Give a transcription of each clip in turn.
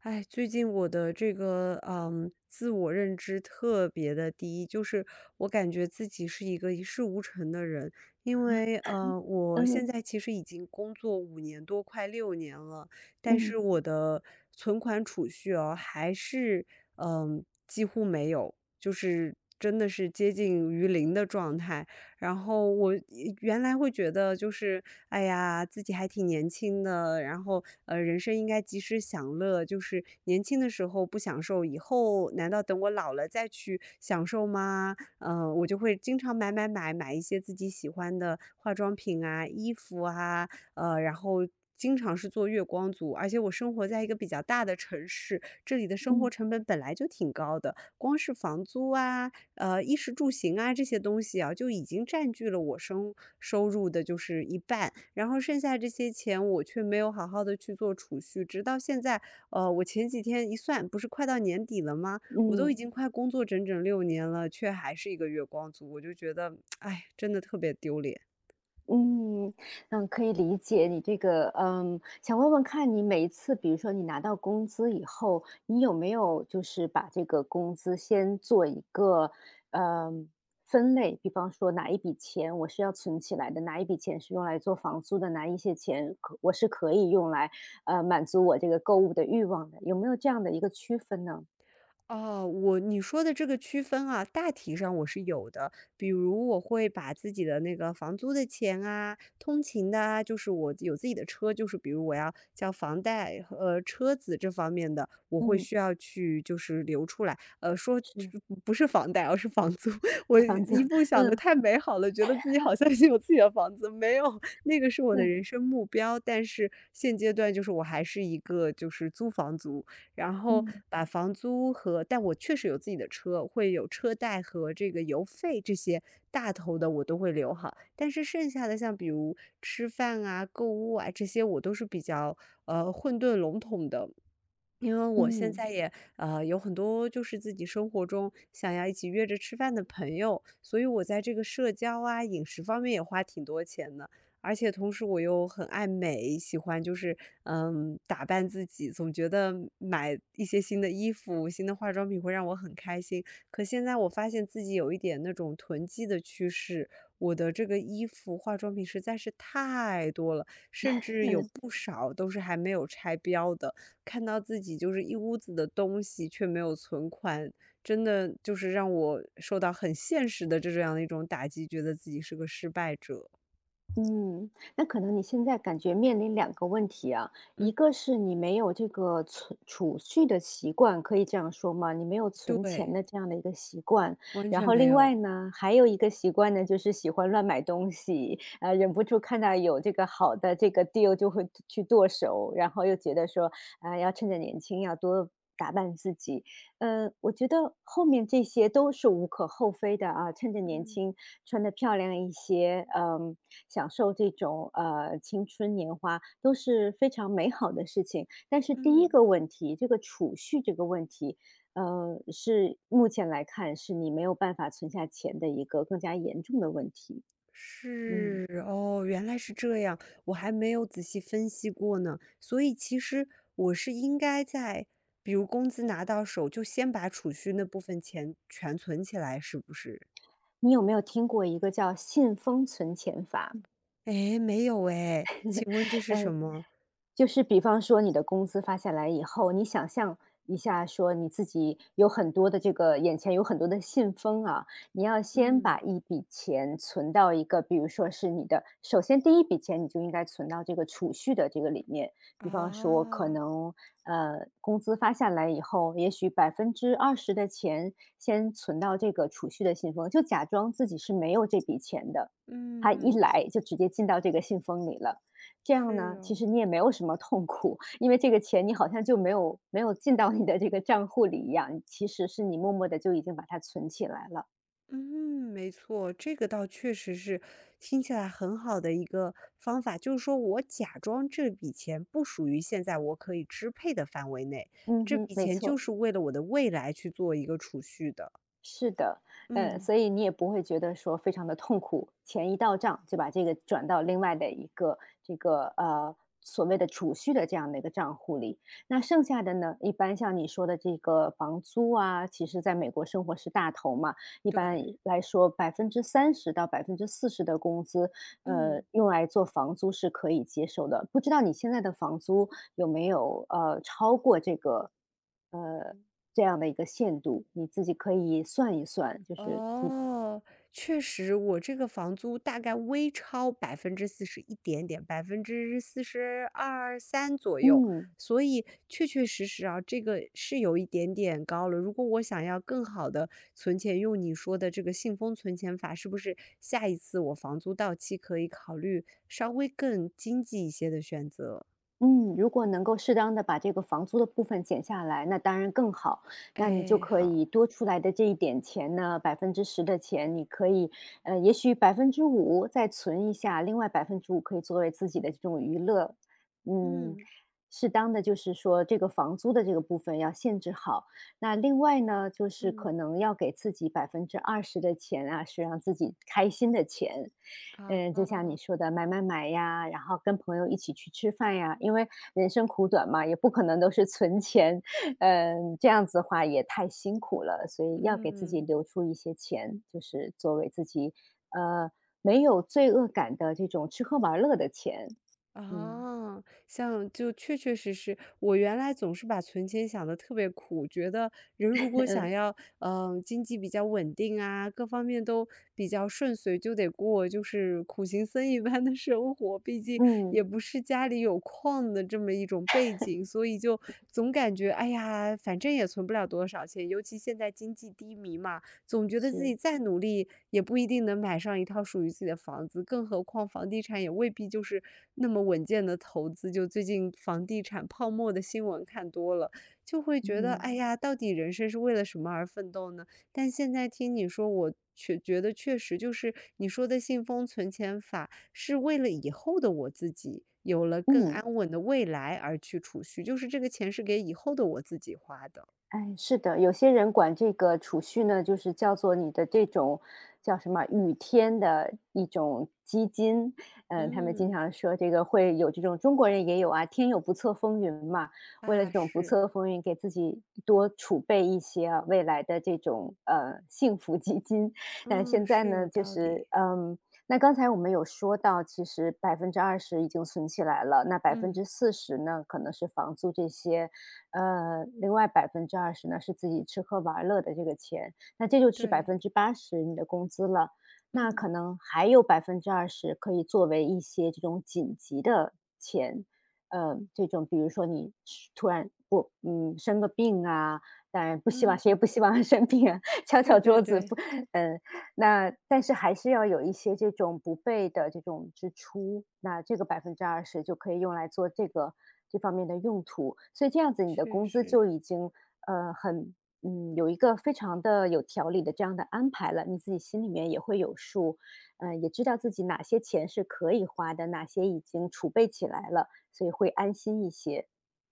哎，最近我的自我认知特别的低，我感觉自己是一个一事无成的人，因啊？为我现嗯在其实已经工作5年多，快六年了，但嗯是我的存款储蓄哦，还是几乎没有，就是真的是接近于零的状态。然后我呃原来会觉得哎呀，自己还挺年轻的，然后人生应该及时享乐，就是年轻的时候不享受，以后难道等我老了再去享受吗？我就会经常买买买，买一些自己喜欢的化妆品啊、衣服啊，呃，然后经常是做月光族，而且我生活在一个比较大的城市，这里的生活嗯成本本来就挺高的，光是房租啊，衣食住行啊这些东西啊，就已经占据了我生收入的就是一半，然后剩下这些钱我却没有好好的去做储蓄，直到现在，我前几天一算，不是快到年底了吗？我都已嗯经快工作整整六年了，却还是一个月光族，我就觉得，哎，真的特别丢脸。嗯嗯，可以理解你这个，想问问看你每一次，比如说你拿到工资以后，你有没有就是把这个工资先做一个，嗯，分类，比方说哪一笔钱我是要存起来的，哪一笔钱是用来做房租的，哪一些钱可我是可以用来，满足我这个购物的欲望的，有没有这样的一个区分呢？哦，我你说的这个区分啊，大体上我是有的。比如我会把自己的那个房租的钱啊、通勤的啊，就是我有自己的车，就是比如我要交房贷和车子这方面的，我会嗯，需要去就是留出来。呃，说是不是房贷，而是房租。我房租，一步 想的嗯太美好了，觉得自己好像是有自己的房子，没有，那个是我的嗯人生目标。但是现阶段就是我还是一个就是租房族，然后嗯把房租和但我确实有自己的车，会有车贷和这个油费这些大头的我都会留好，但是剩下的像比如吃饭啊、购物啊这些，我都是比较混沌笼统的，因为我嗯现嗯。在也有很多就是自己生活中想要一起约着吃饭的朋友，所以我在这个社交啊、饮食方面也花挺多钱的。而且同时我又很爱美，喜欢打扮自己，总觉得买一些新的衣服、新的化妆品会让我很开心。可现在我发现自己有一点那种囤积的趋势，我的这个衣服、化妆品实在是太多了，甚至有不少都是还没有拆标的。看到自己就是一屋子的东西，却没有存款，真的就是让我受到很现实的这样的一种打击，觉得自己是个失败者。嗯，那可能你现在感觉面临两个问题啊，嗯。一个是你没有这个存储蓄的习惯，可以这样说吗？你没有存钱对，的这样的一个习惯，完然全后没另外有。呢，还有一个习惯呢，就是喜欢乱买东西，忍不住看到有这个好的这个 deal 就会去剁手，然后又觉得说，啊、要趁着年轻要多。打扮自己，嗯，我觉得后面这些都是无可厚非的啊，趁着年嗯。轻穿得漂亮一些，享受这种青春年华都是非常美好的事情。但是第一嗯，个问题，这个储蓄这个问题，是目前来看是你没有办法存下钱的一个更加严重的问题。嗯，是，哦，原来是这样，我还没有仔细分析过呢。所以其实我是应该在比如工资拿到手，就先把储蓄那部分钱全存起来，是不是？你有没有听过一个叫信封存钱法？诶，没有诶，请问这是什嗯。么？就是比方说你的工资发下来以后，你想象一下，说你自己有很多的这个眼前有很多的信封啊，你要先嗯。把一笔钱存到一个，比如说是你的，首先第一笔钱你就应该存到这个储蓄的这个里面，比方说可啊，能工资发下来以后，也许百分之二十的钱先存到这个储蓄的信封，就假装自己是没有这笔钱的，它一嗯，来就直接进到这个信封里了。这样是呢，其哦，实你也没有什么痛苦，因为这个钱你好像就没有进到你的这个账户里一样，其实是你默默的就已经把它存起来了。嗯，没错，这个倒确实是听起来很好的一个方法，就是说我假装这笔钱不属于现在我可以支配的范围内，嗯这哼，笔没钱就错。是为了我的未来去做一个储蓄的。是的，嗯，所以你也不会觉得说非常的痛苦，钱一到账就把这个转到另外的一个这个，所谓的储蓄的这样的一个账户里。那嗯，剩下的呢，一般像你说的这个房租啊，其实在美国生活是大头嘛，一般对。来说30%到百分之四十的工资，嗯。用来做房租是可以接受的。不知道你现在的房租有没有超过这个呃这样的一个限度？你自己可以算一算，就是你哦，确实，我这个房租大概微超百分之四十一点点42%、43%左右，嗯所以确确实实啊，这个是有一点点高了。如果我想要更好的存钱，用你说的这个信封存钱法，是不是下一次我房租到期可以考虑稍微更经济一些的选择？嗯，如果能够适当的把这个房租的部分减下来，那当然更好。那你就哎，可好，以多出来的这一点钱呢，10%的钱，你可以，也许百分之五再存一下，另外百分之五可以作为自己的这种娱乐。嗯，嗯适当的就是说这个房租的这个部分要限制好。那另外呢，就是可嗯，能要给自己百分之二十的钱啊，是让自己开心的钱。嗯，就像你啊，说的买买买呀，然后跟朋友一起去吃饭呀，因为人生苦短嘛，也不可能都是存钱，嗯，这样子的话也太辛苦了，所以要给自己嗯。留出一些钱，就是作为自己，呃，没有罪恶感的这种吃喝玩乐的钱，嗯 啊，像就确确实实，我原来总是把存钱想的特别苦，觉得人如果想 要，嗯，经济比较稳定啊，各方面都比较顺遂，就得过就是苦行僧一般的生活。毕竟也嗯，不是家里有矿的这么一种背景，所以就总感觉，哎呀，反正也存不了多少钱，尤其现在经济低迷嘛。总觉得自己是，再努力也不一定能买上一套属于自己的房子，更何况房地产也未必就是那么稳健的投资。就最近房地产泡沫的新闻看多了，就会觉得，嗯，哎呀，到底人生是为了什么而奋斗呢？但现在听你说，我却觉得确实就是你说的信封存钱法，是为了以后的我自己有了更嗯。安稳的未来而去储蓄，就是这个钱是给以后的我自己花的。哎，是的，有些人管这个储蓄呢，就是叫做你的这种叫什么雨天的一种基金。嗯，他们经嗯，常说这个会有这种中国人也有啊，天有不测风云嘛，为了啊，这种不是。测风云，给自己多储备一些啊未来的这种幸福基金。但嗯，现在是有呢，就道是理。那刚才我们有说到，其实百分之二十已经存起来了，那百分嗯，之四十呢，可能是房租这些。另外百分之二十呢，是自己吃喝玩乐的这个钱，那这就是百对，分之八十你的工资了。那嗯可能还有百分之二十可以作为一些这种紧急的钱，这种比如说你是突然不生个病啊，当然不希嗯，望谁也不希望 生病啊，敲对敲对桌子对，不呃，那但是还是要有一些这种不备的这种支出，那这个百分之二十就可以用来做这个这方面的用途。所以这样子你的确工资实。就已经，呃，很有一个非常的有条理的这样的安排了，你自己心里面也会有数，也知道自己哪些钱是可以花的，哪些已经储备起来了，所以会安心一些。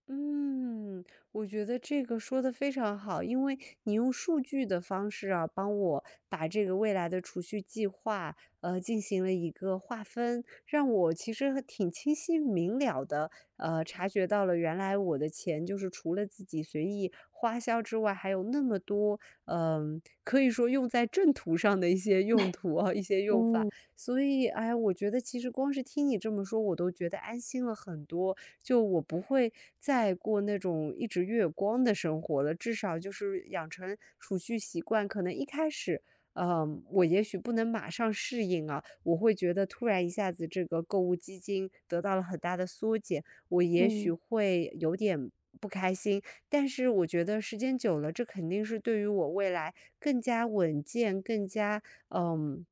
嗯，我觉得这个说的非常好，因为你用数据的方式啊，帮我把这个未来的储蓄计划，进行了一个划分，让我其实还挺清晰明了的，察觉到了原来我的钱就是除了自己随意花销之外，还有那么多，嗯、可以说用在正途上的一些用途啊，一些用法。嗯，所以，哎，我觉得其实光是听你这么说，我都觉得安心了很多。就我不会再过那种一直月光的生活了，至少就是养成储蓄习惯。可能一开始，嗯，我也许不能马上适应啊，我会觉得突然一下子这个购物基金得到了很大的缩减，我也许嗯，会有点不开心。但是我觉得时间久了，这肯定是对于我未来更加稳健、更加呃嗯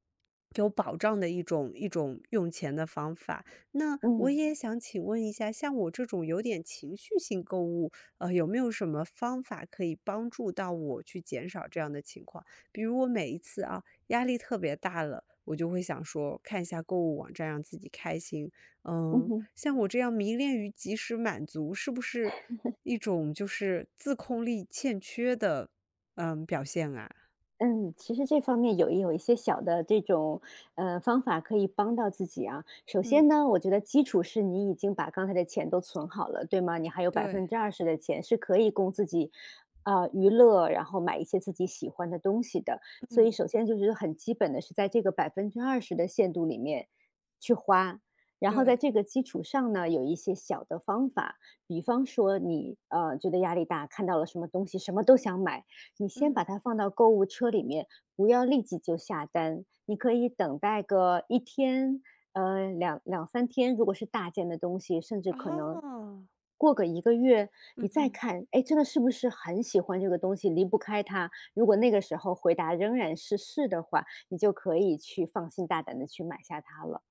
有保障的一种用钱的方法。那我嗯，也想请问一下，像我这种有点情绪性购物，呃，有没有什么方法可以帮助到我去减少这样的情况？比如我每一次啊，压力特别大了，我就会想说看一下购物网站让自己开心。嗯嗯，哼。像我这样迷恋于及时满足，是不是一种就是自控力欠缺的表现啊？嗯，其实这方面也有一些小的这种，方法可以帮到自己啊。首嗯，先呢，我觉得基础是你已经把刚才的钱都存好了，对吗？你还有百分对之二十的钱是可以供自己，啊，娱乐，然后买一些自己喜欢的东西的。所以嗯，首先就是很基本的是在这个百分之二十的限度里面去花。然后对，在这个基础上呢，有一些小的方法，比方说你，觉得压力大，看到了什么东西什么都想买，你先把嗯，它放到购物车里面，不要立即就下单。你可以等待个一天，两三天，如果是大件的东西，甚至可能哦，过个一个月，嗯你再哼。看，哎，真的是不是很喜欢这个东西，离不开它。如果那个时候回答仍然是"是"的话，你就可以去放心大胆的去买下它了。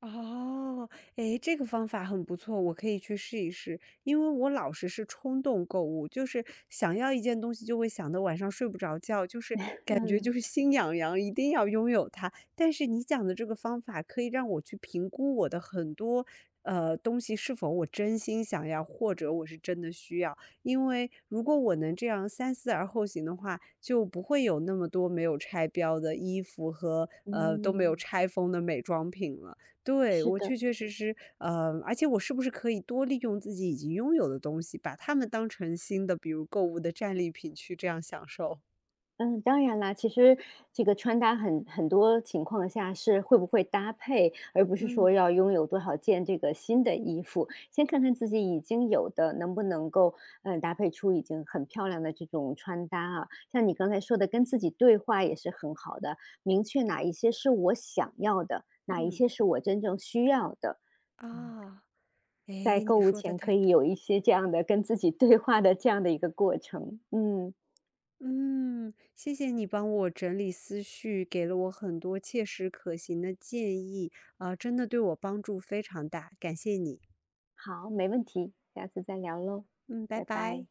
哦，诶，这个方法很不错，我可以去试一试。因为我老是是冲动购物，就是想要一件东西就会想得晚上睡不着觉，就是感觉就嗯，是心痒痒，一定要拥有它。但是你讲的这个方法可以让我去评估我的很多东西是否我真心想要，或者我是真的需要。因为如果我能这样三思而后行的话，就不会有那么多没有拆标的衣服和都没有嗯，拆封的美妆品了。对，是我的。确确实实，呃，而且我是不是可以多利用自己已经拥有的东西，把它们当成新的，比如购物的战利品去这样享受？嗯，当然啦，其实这个穿搭很多情况下是会不会搭配，而不是嗯说要拥有多少件这个新的衣服。先看看自己已经有的能不能够，嗯，搭配出已经很漂亮的这种穿搭啊。像你刚才说的，跟自己对话也是很好的，明确哪一些是我想要的，哪一嗯，些是我真正需要的，啊，哎，在购你物说的前可太以对。有一些这样的跟自己对话的这样的一个过程。嗯。嗯，谢谢你帮我整理思绪，给了我很多切实可行的建议，啊、真的对我帮助非常大，感谢你。好，没问题，下次再聊喽，嗯，拜拜拜。拜。